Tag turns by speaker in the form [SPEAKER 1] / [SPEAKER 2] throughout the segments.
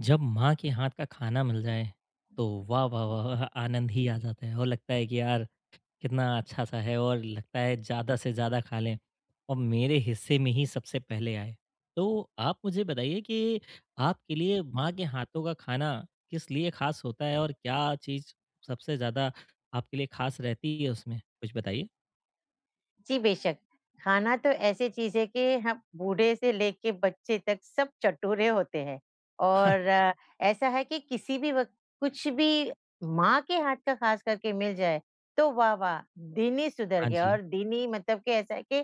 [SPEAKER 1] जब माँ के हाथ का खाना मिल जाए तो वाह वाह वाह वाह, आनंद ही आ जाता है और लगता है कि यार कितना अच्छा सा है और लगता है ज़्यादा से ज़्यादा खा लें और मेरे हिस्से में ही सबसे पहले आए तो आप मुझे बताइए कि आपके लिए माँ के हाथों का खाना किस लिए खास होता है और क्या चीज़ सबसे ज़्यादा आपके लिए खास रहती है उसमें कुछ बताइए।
[SPEAKER 2] जी, बेशक। खाना तो ऐसी चीज़ है कि हम बूढ़े से लेके बच्चे तक सब चटूरे होते हैं और ऐसा है कि किसी भी वक़्त कुछ भी माँ के हाथ का ख़ास करके मिल जाए, तो वाह-वाह! दिन ही सुधर
[SPEAKER 1] हाँ
[SPEAKER 2] गया
[SPEAKER 1] जी।
[SPEAKER 2] और दिन ही मतलब कि ऐसा है कि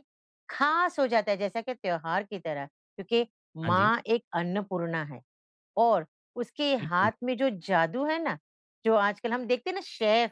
[SPEAKER 2] ख़ास हो जाता है, जैसा कि त्योहार की तरह क्योंकि
[SPEAKER 1] हाँ जी।
[SPEAKER 2] माँ एक अन्नपूर्णा है और उसके
[SPEAKER 1] बिल्कुल।
[SPEAKER 2] हाथ में जो जादू है ना, जो आजकल हम देखते हैं ना शेफ़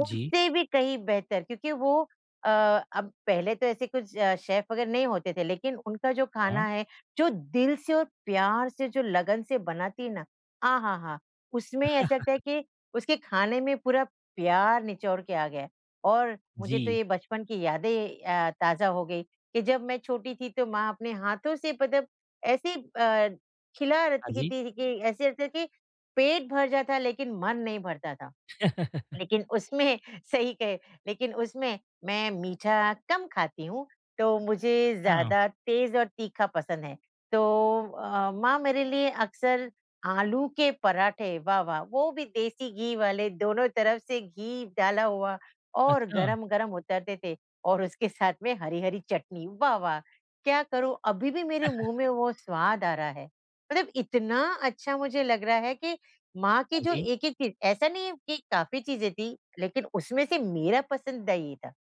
[SPEAKER 1] जी।
[SPEAKER 2] भी कहीं बेहतर क्योंकि वो अ, अब पहले तो ऐसे कुछ शेफ वगैरह नहीं होते थे, लेकिन उनका जो खाना
[SPEAKER 1] हाँ
[SPEAKER 2] है, जो दिल से और प्यार से, जो लगन से बनाती है ना, आहाहा! उसमें ऐसा लगता है कि उसके खाने में पूरा प्यार निचोड़ के आ गया है। और मुझे तो
[SPEAKER 1] जी।
[SPEAKER 2] ये बचपन की यादें ताज़ा हो गई कि जब मैं छोटी थी तो माँ अपने हाथों से मतलब ऐसे खिला
[SPEAKER 1] हाँ
[SPEAKER 2] रखी
[SPEAKER 1] जी।
[SPEAKER 2] थी कि ऐसे लगता था कि पेट भर जाता लेकिन मन नहीं भरता था। लेकिन उसमें सही कहे, लेकिन उसमें मैं मीठा कम खाती हूँ, तो मुझे
[SPEAKER 1] हाँ।
[SPEAKER 2] ज़्यादा तेज़ और तीखा पसंद है। तो माँ मेरे लिए अक्सर आलू के पराठे वाह, वाह! वो भी देसी घी वाले, दोनों तरफ से घी डाला हुआ और
[SPEAKER 1] अच्छा अच्छा।
[SPEAKER 2] गरम-गरम उतरते थे और उसके साथ में हरी-हरी चटनी, वाह, वाह! क्या करूँ, अभी भी मेरे मुँह में वो स्वाद आ रहा है। मतलब इतना अच्छा मुझे लग रहा है कि माँ की
[SPEAKER 1] हाँ
[SPEAKER 2] जो
[SPEAKER 1] जी।
[SPEAKER 2] एक-एक चीज़ ऐसा नहीं है कि काफ़ी चीज़ें थी, लेकिन उसमें से मेरा पसंदीदा ये था।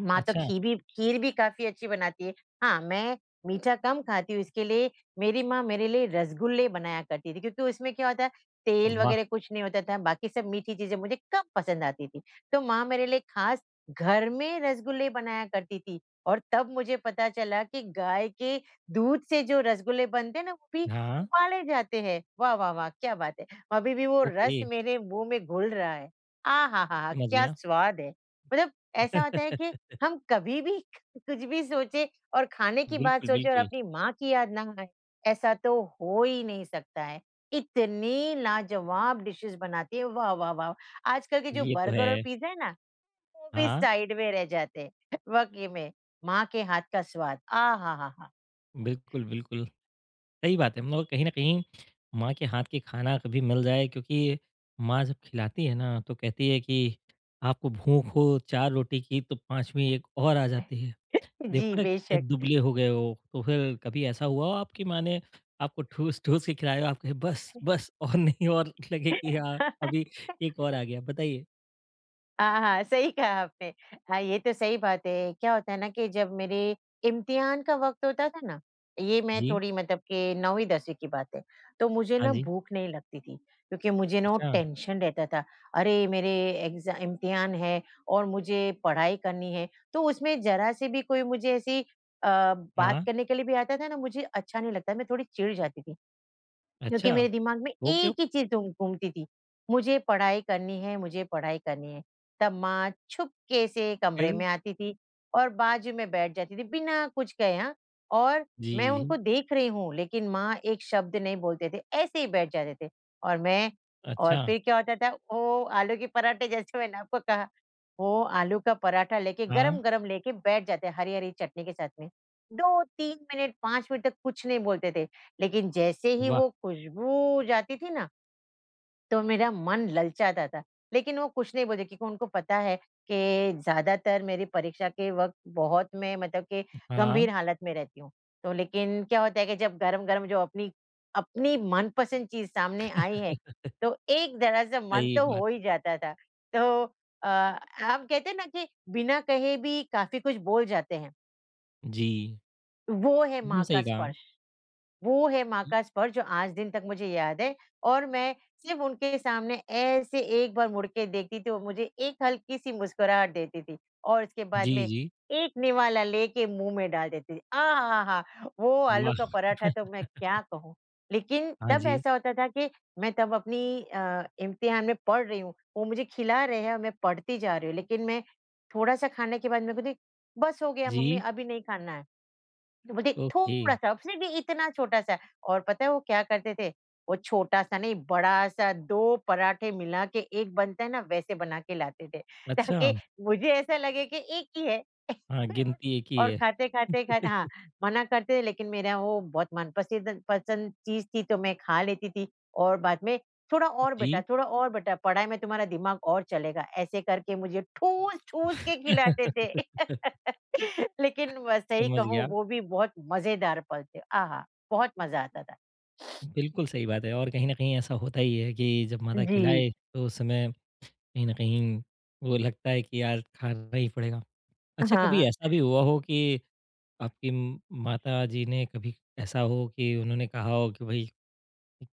[SPEAKER 2] माँ तो
[SPEAKER 1] अच्छा।
[SPEAKER 2] खी भी खीर भी काफ़ी अच्छी बनाती है। हाँ, मैं मीठा कम खाती हूँ, इसके लिए मेरी माँ मेरे लिए रसगुल्ले बनाया करती थी, क्योंकि उसमें क्या होता है, तेल
[SPEAKER 1] वाह।
[SPEAKER 2] वगैरह कुछ नहीं होता था, बाकी सब मीठी चीज़ें मुझे कम पसंद आती थी। तो माँ मेरे लिए ख़ास घर में रसगुल्ले बनाया करती थी और तब मुझे पता चला कि गाय के दूध से जो रसगुल्ले बनते हैं ना, वो भी
[SPEAKER 1] हाँ,
[SPEAKER 2] उबाले जाते हैं। वाह, वाह, वाह! क्या बात है! अभी भी वो
[SPEAKER 1] ओके,
[SPEAKER 2] रस मेरे मुँह में घुल रहा है। आ हा हा हा!
[SPEAKER 1] समझ
[SPEAKER 2] क्या
[SPEAKER 1] गया।
[SPEAKER 2] स्वाद है! मतलब ऐसा होता है कि हम कभी भी कुछ भी सोचे और खाने की बात
[SPEAKER 1] बिल्कुल,
[SPEAKER 2] सोचे और
[SPEAKER 1] बिल्कुल,
[SPEAKER 2] अपनी माँ की याद ना आए, ऐसा तो हो ही नहीं सकता है। इतनी लाजवाब डिशेज़ बनाती है, वाह, वाह, वाह! आजकल के जो
[SPEAKER 1] ये तो है।
[SPEAKER 2] बर्गर और पिज़्ज़ा है ना, वो भी
[SPEAKER 1] हाँ,
[SPEAKER 2] साइड में रह जाते हैं, वाक़ई में। माँ के हाथ का स्वाद, आहाहाहा!
[SPEAKER 1] बिल्कुल, बिल्कुल, सही बात है मतलब कहीं न कहीं माँ के हाथ के खाना कभी मिल जाए क्योंकि माँ जब खिलाती है ना, तो कहती है कि आपको भूख हो 4 रोटी की तो 5वीं एक और आ जाती है।
[SPEAKER 2] जी,
[SPEAKER 1] देखो ना कितने
[SPEAKER 2] बेशक।
[SPEAKER 1] दुबले हो गए हो, तो फिर कभी ऐसा हुआ हो आपकी माँ ने आपको ठूस-ठूस के खिलाया हो, आप कहे बस, बस और नहीं और लगे कि हाँ, अभी एक और आ गया? बताइए।
[SPEAKER 2] हाँ, हाँ, सही कहा आपने। हाँ, ये तो सही बात है। क्या होता है ना कि जब मेरे इम्तिहान का वक़्त होता था ना, ये मैं
[SPEAKER 1] जी,
[SPEAKER 2] थोड़ी मतलब कि 9वीं-10वीं की बात है, तो मुझे
[SPEAKER 1] हाँ
[SPEAKER 2] ना
[SPEAKER 1] जी,
[SPEAKER 2] भूख नहीं लगती थी, क्योंकि मुझे ना वो
[SPEAKER 1] अच्छा,
[SPEAKER 2] टेंशन रहता था। अरे! मेरे एग्ज़ा इम्तिहान है और मुझे पढ़ाई करनी है, तो उसमें ज़रा से भी कोई मुझे ऐसी अ, बात
[SPEAKER 1] हाँ।
[SPEAKER 2] करने के लिए भी आता था ना, मुझे अच्छा नहीं लगता, मैं थोड़ी चिढ़ जाती थी। क्योंकि
[SPEAKER 1] अच्छा,
[SPEAKER 2] मेरे दिमाग में
[SPEAKER 1] वो क्यों?
[SPEAKER 2] एक ही चीज़ घूम घूमती थी, मुझे पढ़ाई करनी है, मुझे पढ़ाई करनी है। तब माँ छुपके से कमरे
[SPEAKER 1] फिर
[SPEAKER 2] में आती थी और बाजू में बैठ जाती थी बिना कुछ कहे हाँ, और
[SPEAKER 1] जी,
[SPEAKER 2] मैं
[SPEAKER 1] जी।
[SPEAKER 2] उनको देख रही हूँ लेकिन माँ एक शब्द नहीं बोलते थे, ऐसे ही बैठ जाते थे और मैं और
[SPEAKER 1] अच्छा,
[SPEAKER 2] फिर क्या होता था, वो आलू के पराठे जैसे मैंने आपको कहा वो आलू का पराठा लेके
[SPEAKER 1] हाँ,
[SPEAKER 2] गरम-गरम लेके बैठ जाते हैं हरी-हरी चटनी के साथ में। 2-3 मिनट 5 मिनट तक कुछ नहीं बोलते थे, लेकिन जैसे ही
[SPEAKER 1] वाह!
[SPEAKER 2] वो खुशबू जाती थी ना, तो मेरा मन ललचाता था। लेकिन वो कुछ नहीं बोले क्योंकि उनको पता है कि ज़्यादातर मेरी परीक्षा के वक़्त बहुत मैं मतलब कि
[SPEAKER 1] हाँ,
[SPEAKER 2] गंभीर हालत में रहती हूँ। तो लेकिन क्या होता है कि जब गरम-गरम जो अपनी अपनी मनपसंद चीज़ सामने आई है, तो एक तरह से मन
[SPEAKER 1] सही
[SPEAKER 2] तो हो
[SPEAKER 1] बात।
[SPEAKER 2] ही जाता था। तो अ, हम कहते हैं ना कि बिना कहे भी काफ़ी कुछ बोल जाते हैं,
[SPEAKER 1] जी,
[SPEAKER 2] वो है
[SPEAKER 1] एकदम
[SPEAKER 2] माँ का
[SPEAKER 1] सही कहा।
[SPEAKER 2] स्पर्श। वो है
[SPEAKER 1] हुँ,
[SPEAKER 2] महाकाश पर्वत जो आज दिन तक मुझे याद है और मैं सिर्फ़ उनके सामने ऐसे एक बार मुड़ के देखती थी, वो मुझे एक हल्की-सी मुस्कुराहट देती थी और उसके बाद
[SPEAKER 1] जी,
[SPEAKER 2] में
[SPEAKER 1] जी,
[SPEAKER 2] एक निवाला लेके मुँह में डाल देती थी। आहाहा! वो आलू
[SPEAKER 1] वाह!
[SPEAKER 2] का पराठा तो मैं क्या कहूँ। लेकिन
[SPEAKER 1] हाँ
[SPEAKER 2] तब
[SPEAKER 1] जी,
[SPEAKER 2] ऐसा होता था कि मैं तब अपनी इम्तिहान में पढ़ रही हूँ, वो मुझे खिला रहे हैं और मैं पढ़ती जा रही हूँ, लेकिन मैं थोड़ा-सा खाने के बाद मेरे को थी, "बस हो गया मम्मी,
[SPEAKER 1] जी,
[SPEAKER 2] अभी नहीं खाना है।" बोलते
[SPEAKER 1] ओके,
[SPEAKER 2] थोड़ा-सा सिर्फ़ इतना छोटा-सा और पता है वो क्या करते थे? वो छोटा-सा नहीं बड़ा-सा 2 पराठे मिला के एक बनता है ना वैसे बना के लाते थे
[SPEAKER 1] अच्छा,
[SPEAKER 2] ताकि मुझे ऐसा लगे कि एक ही है।
[SPEAKER 1] हाँ,
[SPEAKER 2] और
[SPEAKER 1] गिनती एक ही
[SPEAKER 2] और
[SPEAKER 1] है।
[SPEAKER 2] खाते-खाते खा हाँ, मना करते थे लेकिन मेरा वो बहुत मनपसंद पसंद चीज़ थी तो मैं खा लेती थी और बाद में
[SPEAKER 1] जी,
[SPEAKER 2] थोड़ा और बेटा, पढ़ाई में तुम्हारा दिमाग और चलेगा, ऐसे करके मुझे ठूस-ठूस के खिलाते थे। लेकिन व सही
[SPEAKER 1] समझ
[SPEAKER 2] कहूँ
[SPEAKER 1] गया,
[SPEAKER 2] वो भी बहुत मज़ेदार पल थे। आहा! बहुत मज़ा आता था।
[SPEAKER 1] बिल्कुल सही बात है और कहीं न कहीं ऐसा होता ही है कि जब माता
[SPEAKER 2] जी।
[SPEAKER 1] खिलाए, तो उस समय कहीं न कहीं वो लगता है कि यार खाना ही पड़ेगा। अच्छा, कभी
[SPEAKER 2] हाँ,
[SPEAKER 1] ऐसा भी हुआ हो कि आपकी माताजी ने कभी ऐसा हो कि उन्होंने कहा हो कि भई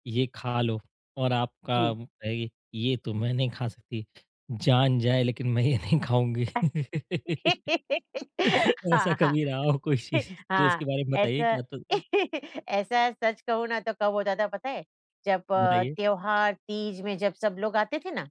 [SPEAKER 1] ये खा लो और आपका
[SPEAKER 2] जी।
[SPEAKER 1] कहेगी ये तो मैं नहीं खा सकती, जान जाए लेकिन मैं ये नहीं खाऊँगी। ऐसा
[SPEAKER 2] हाँ, हाँ।
[SPEAKER 1] कभी रहा हो कोई चीज़ तो
[SPEAKER 2] हाँ,
[SPEAKER 1] उसके बारे में बताइए
[SPEAKER 2] ऐसा
[SPEAKER 1] क्या तो
[SPEAKER 2] ऐसा सच कहूँ ना तो कब होता था पता है? जब
[SPEAKER 1] बताइए?
[SPEAKER 2] त्योहार, तीज में जब सब लोग आते थे ना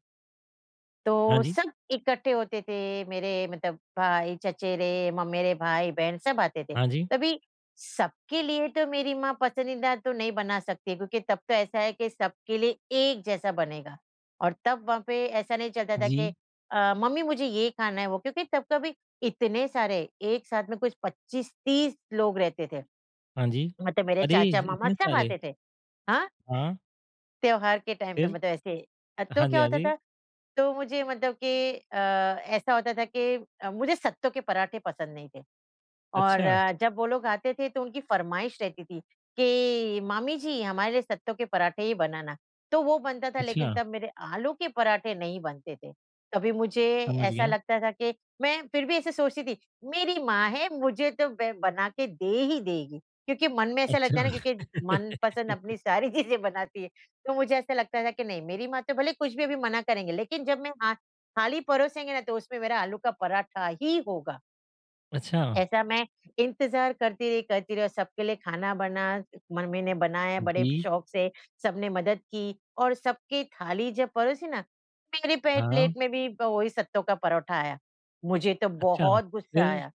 [SPEAKER 1] हाँ
[SPEAKER 2] तो
[SPEAKER 1] जी,
[SPEAKER 2] सब इकट्ठे होते थे मेरे मतलब भाई, चचेरे, म मेरे भाई-बहन सब आते थे।
[SPEAKER 1] हाँ जी,
[SPEAKER 2] तभी सबके लिए तो मेरी माँ पसंदीदा तो नहीं बना सकती क्योंकि तब तो ऐसा है कि सबके लिए एक जैसा बनेगा और तब वहाँ पे ऐसा नहीं चलता था कि
[SPEAKER 1] जी,
[SPEAKER 2] मम्मी मुझे ये खाना है वो क्योंकि तब कभी इतने सारे एक साथ में कुछ 25-30 लोग रहते थे।
[SPEAKER 1] हाँ जी।
[SPEAKER 2] मतलब मेरे
[SPEAKER 1] अरे!
[SPEAKER 2] चाचा-मामा
[SPEAKER 1] इतने
[SPEAKER 2] सब
[SPEAKER 1] सारे?
[SPEAKER 2] आते थे। हाँ,
[SPEAKER 1] हाँ,
[SPEAKER 2] त्योहार के टाइम पे
[SPEAKER 1] फिर?
[SPEAKER 2] मतलब ऐसे तो
[SPEAKER 1] हाँ जी,
[SPEAKER 2] क्या
[SPEAKER 1] हाँ
[SPEAKER 2] होता
[SPEAKER 1] जी।
[SPEAKER 2] था, तो मुझे मतलब कि ऐसा होता था कि मुझे सत्तू के पराठे पसंद नहीं थे। और
[SPEAKER 1] अच्छा,
[SPEAKER 2] जब वो लोग आते थे तो उनकी फ़रमाइश रहती थी कि मामी जी हमारे लिए सत्तू के पराठे ही बनाना। तो वो बनता था लेकिन
[SPEAKER 1] अच्छा,
[SPEAKER 2] तब मेरे आलू के पराठे नहीं बनते थे। कभी मुझे
[SPEAKER 1] समझ
[SPEAKER 2] ऐसा
[SPEAKER 1] गया।
[SPEAKER 2] लगता था कि मैं फिर भी ऐसे सोचती थी मेरी माँ है मुझे तो ब बना के दे ही देगी। क्योंकि मन में ऐसा लगता है
[SPEAKER 1] अच्छा,
[SPEAKER 2] ना क्योंकि मनपसंद अपनी सारी चीज़ें बनाती है। तो मुझे ऐसा लगता था कि नहीं मेरी माँ तो भले कुछ भी अभी मना करेंगे लेकिन जब मैं हाँ, थाली परोसेंगे ना तो उसमें मेरा आलू का पराठा ही होगा।
[SPEAKER 1] अच्छा,
[SPEAKER 2] ऐसा मैं इंतज़ार करती रही और सबके लिए खाना बना मम्मी ने बनाया बड़े
[SPEAKER 1] जी,
[SPEAKER 2] शौक से, सबने मदद की और सबकी थाली जब परोसी ना, मेरी पे
[SPEAKER 1] हाँ,
[SPEAKER 2] प्लेट में भी वही सत्तों का परोठा आया। मुझे तो
[SPEAKER 1] अच्छा,
[SPEAKER 2] बहुत गुस्सा
[SPEAKER 1] फिर?
[SPEAKER 2] आया।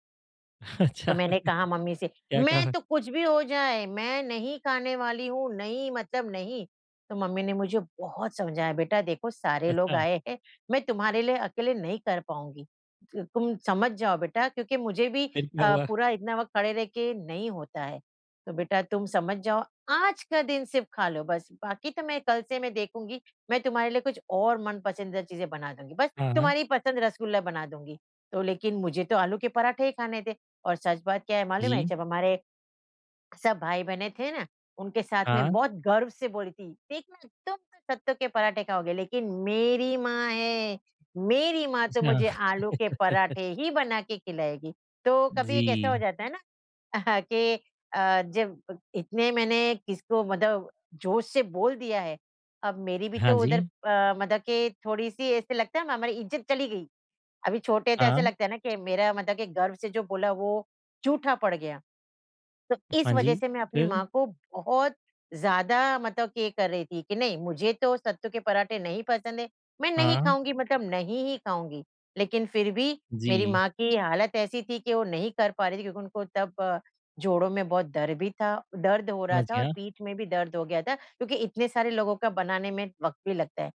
[SPEAKER 2] तो
[SPEAKER 1] अच्छा,
[SPEAKER 2] मैंने कहा मम्मी से,
[SPEAKER 1] क्या
[SPEAKER 2] "मैं
[SPEAKER 1] कहा?
[SPEAKER 2] तो कुछ भी हो जाए, मैं नहीं खाने वाली हूँ, नहीं मतलब नहीं।" तो मम्मी ने मुझे बहुत समझाया, "बेटा देखो सारे लोग
[SPEAKER 1] अच्छा,
[SPEAKER 2] आए हैं, मैं तुम्हारे लिए अकेले नहीं कर पाऊँगी। तु तुम समझ जाओ बेटा क्योंकि मुझे भी
[SPEAKER 1] फिर क्या हुआ?
[SPEAKER 2] पूरा इतना वक़्त खड़े रह के नहीं होता है। तो बेटा तुम समझ जाओ, आज का दिन सिर्फ़ खा लो बस, बाकी तो मैं कल से मैं देखूँगी, मैं तुम्हारे लिए कुछ और मनपसंदीदा चीज़ें बना दूँगी। बस
[SPEAKER 1] हाँ, हाँ,
[SPEAKER 2] तुम्हारी पसंद रसगुल्ला बना दूँगी।" तो लेकिन मुझे तो आलू के पराठे ही खाने थे। और सच बात क्या है मालूम है?
[SPEAKER 1] जी,
[SPEAKER 2] जब हमारे सब भाई-बहनें थे ना, उनके साथ
[SPEAKER 1] हाँ,
[SPEAKER 2] में बहुत गर्व से बोली थी, "देखना तुम तो सत्तू के पराठे खाओगे, लेकिन मेरी माँ है, मेरी माँ तो
[SPEAKER 1] अच्छा।
[SPEAKER 2] मुझे आलू के पराठे ही बना के खिलाएगी।" तो कभी
[SPEAKER 1] जी।
[SPEAKER 2] एक ऐसा हो जाता है ना कि जब इतने मैंने किसको मतलब जोश से बोल दिया है, अब मेरी भी
[SPEAKER 1] हाँ
[SPEAKER 2] तो
[SPEAKER 1] जी,
[SPEAKER 2] उधर मतलब कि थोड़ी-सी ऐसे लगता है हमारी इज़्ज़त चली गई। अभी छोटे तो ऐसा
[SPEAKER 1] हाँ,
[SPEAKER 2] लगता है ना कि मेरा मतलब कि गर्व से जो बोला वो झूठा पड़ गया। तो इस
[SPEAKER 1] हाँ
[SPEAKER 2] वजह
[SPEAKER 1] जी,
[SPEAKER 2] से मैं अपनी
[SPEAKER 1] फिर?
[SPEAKER 2] माँ को बहुत ज़्यादा मतलब कि ये कर रही थी कि नहीं मुझे तो सत्तू के पराठे नहीं पसंद है, मैं नहीं
[SPEAKER 1] हाँ,
[SPEAKER 2] खाऊँगी मतलब नहीं ही खाऊँगी। लेकिन फिर भी मेरी
[SPEAKER 1] जी,
[SPEAKER 2] माँ की हालत ऐसी थी कि वो नहीं कर पा रही थी क्योंकि उनको तब जोड़ों में बहुत दर्द भी था दर्द हो रहा
[SPEAKER 1] समझ
[SPEAKER 2] था और
[SPEAKER 1] गया।
[SPEAKER 2] पीठ में भी दर्द हो गया था क्योंकि इतने सारे लोगों का बनाने में वक़्त भी लगता है।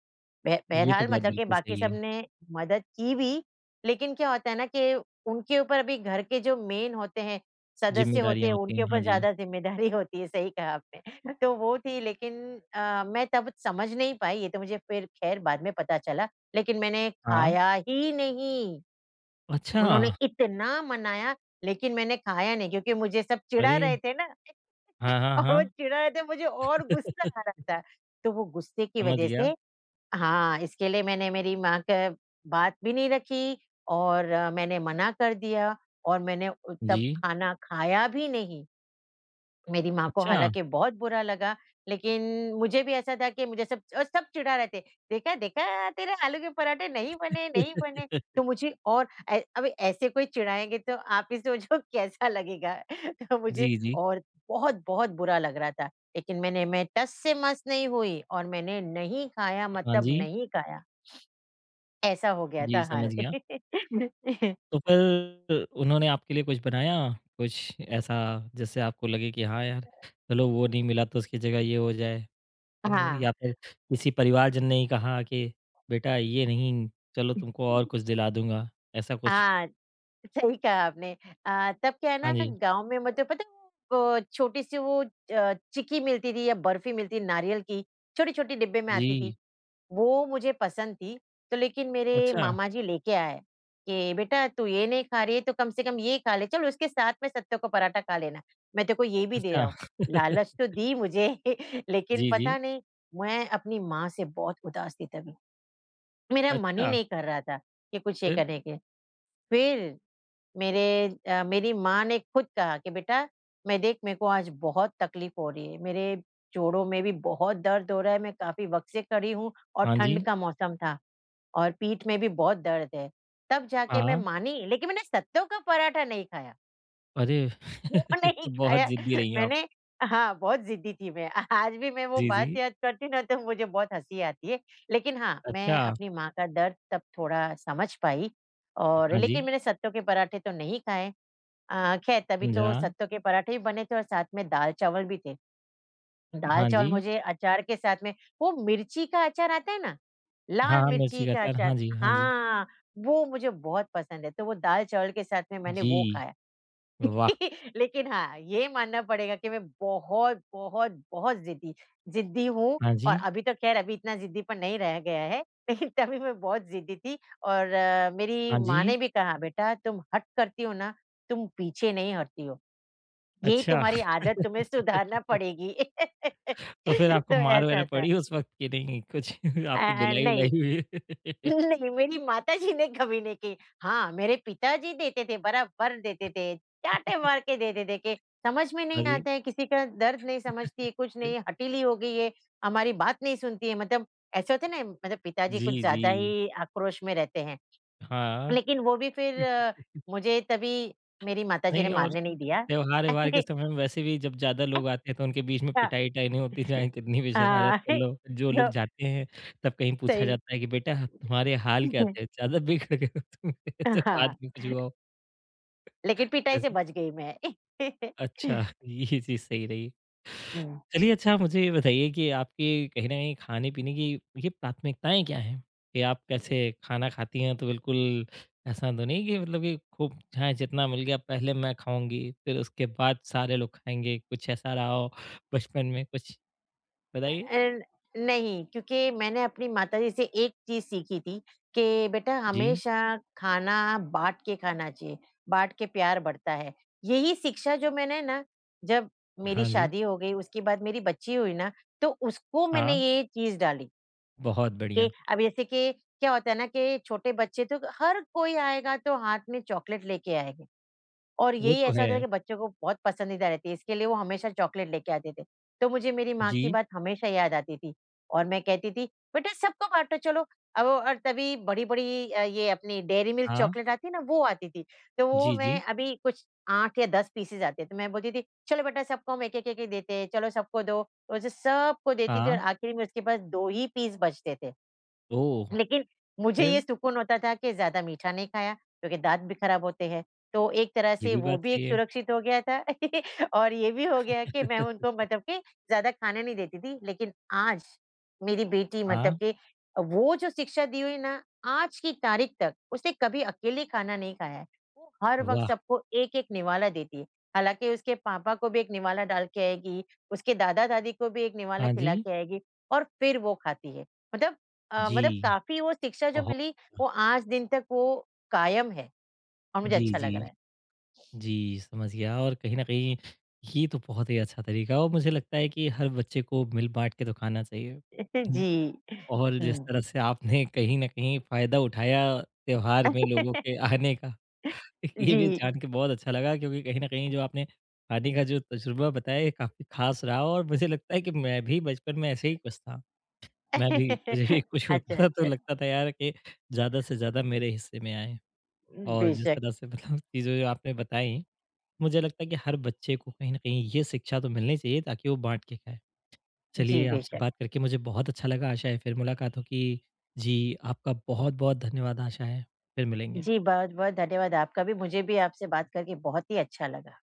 [SPEAKER 2] बह
[SPEAKER 1] ये तो
[SPEAKER 2] बहरहाल
[SPEAKER 1] बात
[SPEAKER 2] मतलब कि
[SPEAKER 1] बिल्कुल
[SPEAKER 2] बाकी
[SPEAKER 1] सही है,
[SPEAKER 2] सबने मदद की भी, लेकिन क्या होता है ना कि उनके ऊपर अभी घर के जो मेन होते हैं सदस्य होते
[SPEAKER 1] ज़िम्मेदारियाँ
[SPEAKER 2] हैं,
[SPEAKER 1] होती
[SPEAKER 2] उनके
[SPEAKER 1] हैं।
[SPEAKER 2] ऊपर
[SPEAKER 1] हाँ जी,
[SPEAKER 2] ज़्यादा ज़िम्मेदारी होती है, सही कहा आपने। तो वो थी लेकिन मैं तब समझ नहीं पाई, ये तो मुझे फिर ख़ैर बाद में पता चला, लेकिन मैंने
[SPEAKER 1] हाँ,
[SPEAKER 2] खाया ही नहीं।
[SPEAKER 1] अच्छा!
[SPEAKER 2] उन्होंने इतना मनाया, लेकिन मैंने खाया नहीं क्योंकि मुझे सब चिढ़ा
[SPEAKER 1] अरे!
[SPEAKER 2] रहे थे ना
[SPEAKER 1] हाँ, हाँ,
[SPEAKER 2] और वो
[SPEAKER 1] हाँ,
[SPEAKER 2] चिढ़ा रहे थे, मुझे और गुस्सा आ रहा था। तो वो गुस्से की
[SPEAKER 1] समझ
[SPEAKER 2] वज़ह
[SPEAKER 1] गया।
[SPEAKER 2] से हाँ, इसके लिए मैंने मेरी माँ का बात भी नहीं रखी और मैंने मना कर दिया और मैंने उ तब
[SPEAKER 1] जी,
[SPEAKER 2] खाना खाया भी नहीं। मेरी माँ को
[SPEAKER 1] अच्छा!
[SPEAKER 2] हालाँकि बहुत बुरा लगा, लेकिन मुझे भी ऐसा था कि मुझे सब और सब चिढ़ा रहे थे, "देखा, देखा तेरे आलू के पराठे नहीं बने, नहीं बने।" तो मुझे और ऐ अब ऐसे कोई चिढ़ाएँगे तो आप ही सोचो कैसा लगेगा। तो मुझे
[SPEAKER 1] जी, जी,
[SPEAKER 2] और बहुत-बहुत बुरा लग रहा था, लेकिन मैं टस से मस नहीं हुई और मैंने नहीं खाया
[SPEAKER 1] हाँ
[SPEAKER 2] मतलब
[SPEAKER 1] जी,
[SPEAKER 2] नहीं खाया, ऐसा हो गया
[SPEAKER 1] जी,
[SPEAKER 2] था हाल।
[SPEAKER 1] समझ गया। तो फिर उन्होंने आपके लिए कुछ बनाया? कुछ ऐसा जिससे आपको लगे कि हाँ यार, चलो वो नहीं मिला तो उसकी जगह ये हो जाए? तो
[SPEAKER 2] हाँ।
[SPEAKER 1] या फिर किसी परिवारजन ने ही कहा कि बेटा ये नहीं, चलो तुमको और कुछ दिला दूँगा, ऐसा कुछ?
[SPEAKER 2] हाँ, सही कहा आपने। तब क्या है
[SPEAKER 1] हाँ
[SPEAKER 2] ना
[SPEAKER 1] जी।
[SPEAKER 2] गाँव में मतलब पता है वो छोटी सी वो चिक्की मिलती थी या बर्फी मिलती नारियल की, छोटी-छोटी डिब्बे में आती थी,
[SPEAKER 1] जी।
[SPEAKER 2] वो मुझे पसंद थी। तो लेकिन मेरे
[SPEAKER 1] अच्छा,
[SPEAKER 2] मामा जी लेके आए कि बेटा तू ये नहीं खा रही है तो कम से कम ये खा ले, चल उसके साथ में सत्तू का पराठा खा लेना, मैं तेरे को ये भी दे रहा
[SPEAKER 1] अच्छा।
[SPEAKER 2] हूँ। लालच तो दी मुझे लेकिन
[SPEAKER 1] जी,
[SPEAKER 2] पता
[SPEAKER 1] जी।
[SPEAKER 2] नहीं मैं अपनी माँ से बहुत उदास थी तभी। मेरा मन ही
[SPEAKER 1] अच्छा,
[SPEAKER 2] नहीं कर रहा था कि कुछ ये
[SPEAKER 1] फिर?
[SPEAKER 2] करने के। फिर मेरे मेरी माँ ने खुद कहा कि बेटा मैं देख मेरे को आज बहुत तकलीफ हो रही है, मेरे जोड़ों में भी बहुत दर्द हो रहा है, मैं काफ़ी वक़्त से खड़ी हूँ और
[SPEAKER 1] हाँ
[SPEAKER 2] ठंड
[SPEAKER 1] जी,
[SPEAKER 2] का मौसम था और पीठ में भी बहुत दर्द है। तब जाके मैं
[SPEAKER 1] हाँ।
[SPEAKER 2] मानी लेकिन मैंने सत्तू का पराठा नहीं खाया,
[SPEAKER 1] अरे!
[SPEAKER 2] वो नहीं
[SPEAKER 1] तो बहुत
[SPEAKER 2] खाया
[SPEAKER 1] ज़िद्दी रही हैं आप।
[SPEAKER 2] मैंने हाँ, बहुत ज़िद्दी थी मैं। आज भी मैं वो
[SPEAKER 1] जी,
[SPEAKER 2] बात
[SPEAKER 1] जी।
[SPEAKER 2] याद करती हूँ ना तो मुझे बहुत हँसी आती है। लेकिन हाँ, मैं
[SPEAKER 1] अच्छा,
[SPEAKER 2] अपनी माँ का दर्द तब थोड़ा समझ पाई और
[SPEAKER 1] हाँ
[SPEAKER 2] लेकिन
[SPEAKER 1] जी,
[SPEAKER 2] मैंने सत्तू के पराठे तो नहीं खाए खैर तभी
[SPEAKER 1] समझा।
[SPEAKER 2] तो सत्तू के पराठे भी बने थे और साथ में दाल-चावल भी थे।
[SPEAKER 1] हाँ
[SPEAKER 2] दाल-चावल
[SPEAKER 1] जी।
[SPEAKER 2] मुझे अचार के साथ में वो मिर्ची का अचार आता है ना,
[SPEAKER 1] हाँ,
[SPEAKER 2] लाल
[SPEAKER 1] हाँ,
[SPEAKER 2] मिर्ची
[SPEAKER 1] मिर्ची का
[SPEAKER 2] का
[SPEAKER 1] अचार।
[SPEAKER 2] अचार
[SPEAKER 1] हाँ जी, हाँ जी।
[SPEAKER 2] हाँ, वो मुझे बहुत पसंद है, तो वो दाल-चावल के साथ में मैंने वो
[SPEAKER 1] जी,
[SPEAKER 2] खाया।
[SPEAKER 1] वाह!
[SPEAKER 2] लेकिन हाँ, ये मानना पड़ेगा कि मैं बहुत, बहुत, बहुत ज़िद्दी ज़िद्दी हूँ
[SPEAKER 1] हाँ
[SPEAKER 2] और
[SPEAKER 1] जी,
[SPEAKER 2] अभी तो खैर अभी इतना ज़िद्दीपन नहीं रह गया है, लेकिन तभी मैं बहुत ज़िद्दी थी और मेरी
[SPEAKER 1] हाँ
[SPEAKER 2] माँ
[SPEAKER 1] जी।
[SPEAKER 2] ने भी कहा, "बेटा तुम हठ करती हो ना, तुम पीछे नहीं हटती हो।" ये
[SPEAKER 1] अच्छा,
[SPEAKER 2] तुम्हारी आदत तुम्हें सुधारना पड़ेगी।
[SPEAKER 1] तो फिर
[SPEAKER 2] तो
[SPEAKER 1] आपको मार वगैरह
[SPEAKER 2] ऐसा था।
[SPEAKER 1] पड़ी उस वक़्त कि नहीं कुछ आपकी
[SPEAKER 2] नहीं,
[SPEAKER 1] धुलाई-वुलाई हुई?
[SPEAKER 2] नहीं मेरी माताजी ने कभी नहीं की। हाँ, मेरे पिताजी देते थे, बराबर देते थे, चाँटे मार के देते थे कि समझ में
[SPEAKER 1] हाँ
[SPEAKER 2] नहीं
[SPEAKER 1] जी।
[SPEAKER 2] आता है, किसी का दर्द नहीं समझती है, कुछ नहीं, हठीली हो गई है, हमारी बात नहीं सुनती है। मतलब ऐसे होते हैं ना, मतलब पिताजी
[SPEAKER 1] जी,
[SPEAKER 2] कुछ
[SPEAKER 1] जी।
[SPEAKER 2] ज़्यादा ही आक्रोश में रहते हैं।
[SPEAKER 1] हाँ।
[SPEAKER 2] लेकिन वो भी फिर मुझे तभी मेरी माताजी ने
[SPEAKER 1] नहीं और
[SPEAKER 2] मारने नहीं दिया।
[SPEAKER 1] त्योहार-व्योहार के समय में वैसे भी जब ज़्यादा लोग आते हैं तो उनके बीच में
[SPEAKER 2] हाँ,
[SPEAKER 1] पिटाई-विटाई नहीं होती चाहे कितनी भी शरारत
[SPEAKER 2] हाँ।
[SPEAKER 1] कर लो। जो लोग
[SPEAKER 2] तो
[SPEAKER 1] जाते हैं तब कहीं पूछा
[SPEAKER 2] सही
[SPEAKER 1] जाता है कि बेटा तुम्हारे हाल क्या थे? ज़्यादा बिगड़ गए हो तुम ऐसे
[SPEAKER 2] हाँ,
[SPEAKER 1] बाद में कुछ हुआ हो?
[SPEAKER 2] लेकिन पिटाई
[SPEAKER 1] हाँ
[SPEAKER 2] से
[SPEAKER 1] जी।
[SPEAKER 2] बच गई मैं।
[SPEAKER 1] अच्छा, ये चीज़ सही रही।
[SPEAKER 2] हुँ।
[SPEAKER 1] चलिए अच्छा मुझे ये बताइए कि आपकी कहीं न कहीं खाने-पीने की ये प्राथमिकताएँ क्या हैं? कि आप कैसे खाना खाती हैं तो बिल्कुल ऐसा तो नहीं कि खूब चाहे जितना मिल गया पहले मैं खाऊँगी, फिर उसके बाद सारे लोग खाएँगे, कुछ ऐसा रहा हो बचपन में कुछ बताइए?
[SPEAKER 2] एंड नहीं, क्योंकि मैंने अपनी माताजी से एक चीज़ सीखी थी कि बेटा
[SPEAKER 1] जी।
[SPEAKER 2] हमेशा खाना बाँट के खाना चाहिए, बाँट के प्यार बढ़ता है। यही शिक्षा जो मैंने ना जब मेरी
[SPEAKER 1] हाँ जी,
[SPEAKER 2] शादी हो गई, उसके बाद मेरी बच्ची हुई ना, तो उसको मैंने
[SPEAKER 1] हाँ,
[SPEAKER 2] ये चीज़ डाली
[SPEAKER 1] बहुत
[SPEAKER 2] कि
[SPEAKER 1] बढ़िया।
[SPEAKER 2] अब जैसे कि क्या होता है ना कि छोटे बच्चे तो हर कोई आएगा तो हाथ में चॉकलेट लेके आएगा। और
[SPEAKER 1] वो
[SPEAKER 2] यही
[SPEAKER 1] तो
[SPEAKER 2] ऐसा
[SPEAKER 1] है।
[SPEAKER 2] होता था कि बच्चों को बहुत पसंदीदा रहती है, इसके लिए वो हमेशा चॉकलेट लेके आते थे। तो मुझे मेरी माँ
[SPEAKER 1] जी,
[SPEAKER 2] की बात हमेशा याद आती थी और मैं कहती थी, "बेटा सबको बाँटो चलो।" और तभी बड़ी-बड़ी ये अपनी डेयरी मिल्क
[SPEAKER 1] हाँ,
[SPEAKER 2] चॉकलेट आती है ना, वो आती थी। तो वो
[SPEAKER 1] जी,
[SPEAKER 2] मैं
[SPEAKER 1] जी,
[SPEAKER 2] अभी कुछ 8 या 10 पीसेज़ आते हैं, तो मैं बोलती थी, "चलो बेटा सबको हम एक-एक, एक-एक देते हैं, चलो सबको दो।" तो उसे सबको देती थी और
[SPEAKER 1] हाँ,
[SPEAKER 2] आखिर में उसके पास 2 ही पीस बचते थे।
[SPEAKER 1] ओह!
[SPEAKER 2] लेकिन मुझे
[SPEAKER 1] फिर?
[SPEAKER 2] ये सुकून होता था कि ज़्यादा मीठा नहीं खाया, क्योंकि दाँत भी खराब होते हैं। तो एक तरह
[SPEAKER 1] ये
[SPEAKER 2] से
[SPEAKER 1] भी
[SPEAKER 2] वो
[SPEAKER 1] बात
[SPEAKER 2] भी
[SPEAKER 1] सही
[SPEAKER 2] एक
[SPEAKER 1] है।
[SPEAKER 2] सुरक्षित हो गया था और ये भी हो गया कि मैं उनको मतलब कि ज़्यादा खाने नहीं देती थी। लेकिन आज मेरी बेटी मतलब
[SPEAKER 1] हाँ,
[SPEAKER 2] कि वो जो शिक्षा दी हुई ना, आज की तारीख तक उसने कभी अकेले खाना नहीं खाया है। वो हर वक़्त
[SPEAKER 1] वाह!
[SPEAKER 2] सबको एक-एक निवाला देती है। हालाँकि उसके पापा को भी एक निवाला डाल के आएगी, उसके दादा-दादी को भी एक निवाला
[SPEAKER 1] हाँ जी।
[SPEAKER 2] खिला के आएगी और फिर वो खाती है। मतलब मतलब
[SPEAKER 1] जी,
[SPEAKER 2] काफ़ी वो शिक्षा जो
[SPEAKER 1] बहुत
[SPEAKER 2] मिली, वो आज दिन तक वो कायम है और मुझे
[SPEAKER 1] जी,
[SPEAKER 2] अच्छा लग रहा
[SPEAKER 1] जी।
[SPEAKER 2] है।
[SPEAKER 1] जी, समझ गया और कहीं न कहीं ये तो बहुत ही अच्छा तरीका है और मुझे लगता है कि हर बच्चे को मिल-बाँट के तो खाना चाहिए। हुँ,
[SPEAKER 2] जी।
[SPEAKER 1] और जिस
[SPEAKER 2] हुँ।
[SPEAKER 1] तरह से आपने कहीं न कहीं फ़ायदा उठाया त्योहार में लोगों के आने का, ये भी
[SPEAKER 2] जी।
[SPEAKER 1] जान के बहुत अच्छा लगा क्योंकि कहीं न कहीं जो आपने खाने का जो तजुर्बा बताया ये काफ़ी ख़ास रहा और मुझे लगता है कि मैं भी बचपन में ऐसे ही कुछ था। मैं भी मुझे भी कुछ
[SPEAKER 2] अच्छा,
[SPEAKER 1] होता था तो
[SPEAKER 2] अच्छा।
[SPEAKER 1] लगता था यार कि ज़्यादा से ज़्यादा मेरे हिस्से में आए। और जिस
[SPEAKER 2] बेशक।
[SPEAKER 1] तरह से चीज़ें जो आपने बताई, मुझे लगता है कि हर बच्चे को कहीं न कहीं ये शिक्षा तो मिलनी चाहिए ताकि वो बाँट के खाए।
[SPEAKER 2] जी,
[SPEAKER 1] चलिए, आपसे
[SPEAKER 2] बेशक।
[SPEAKER 1] बात करके मुझे बहुत अच्छा लगा, आशा है फिर मुलाकात होगी। जी, आपका बहुत-बहुत धन्यवाद, आशा है फिर मिलेंगे।
[SPEAKER 2] जी, बहुत-बहुत धन्यवाद आपका भी। मुझे भी आपसे बात करके बहुत ही अच्छा लगा।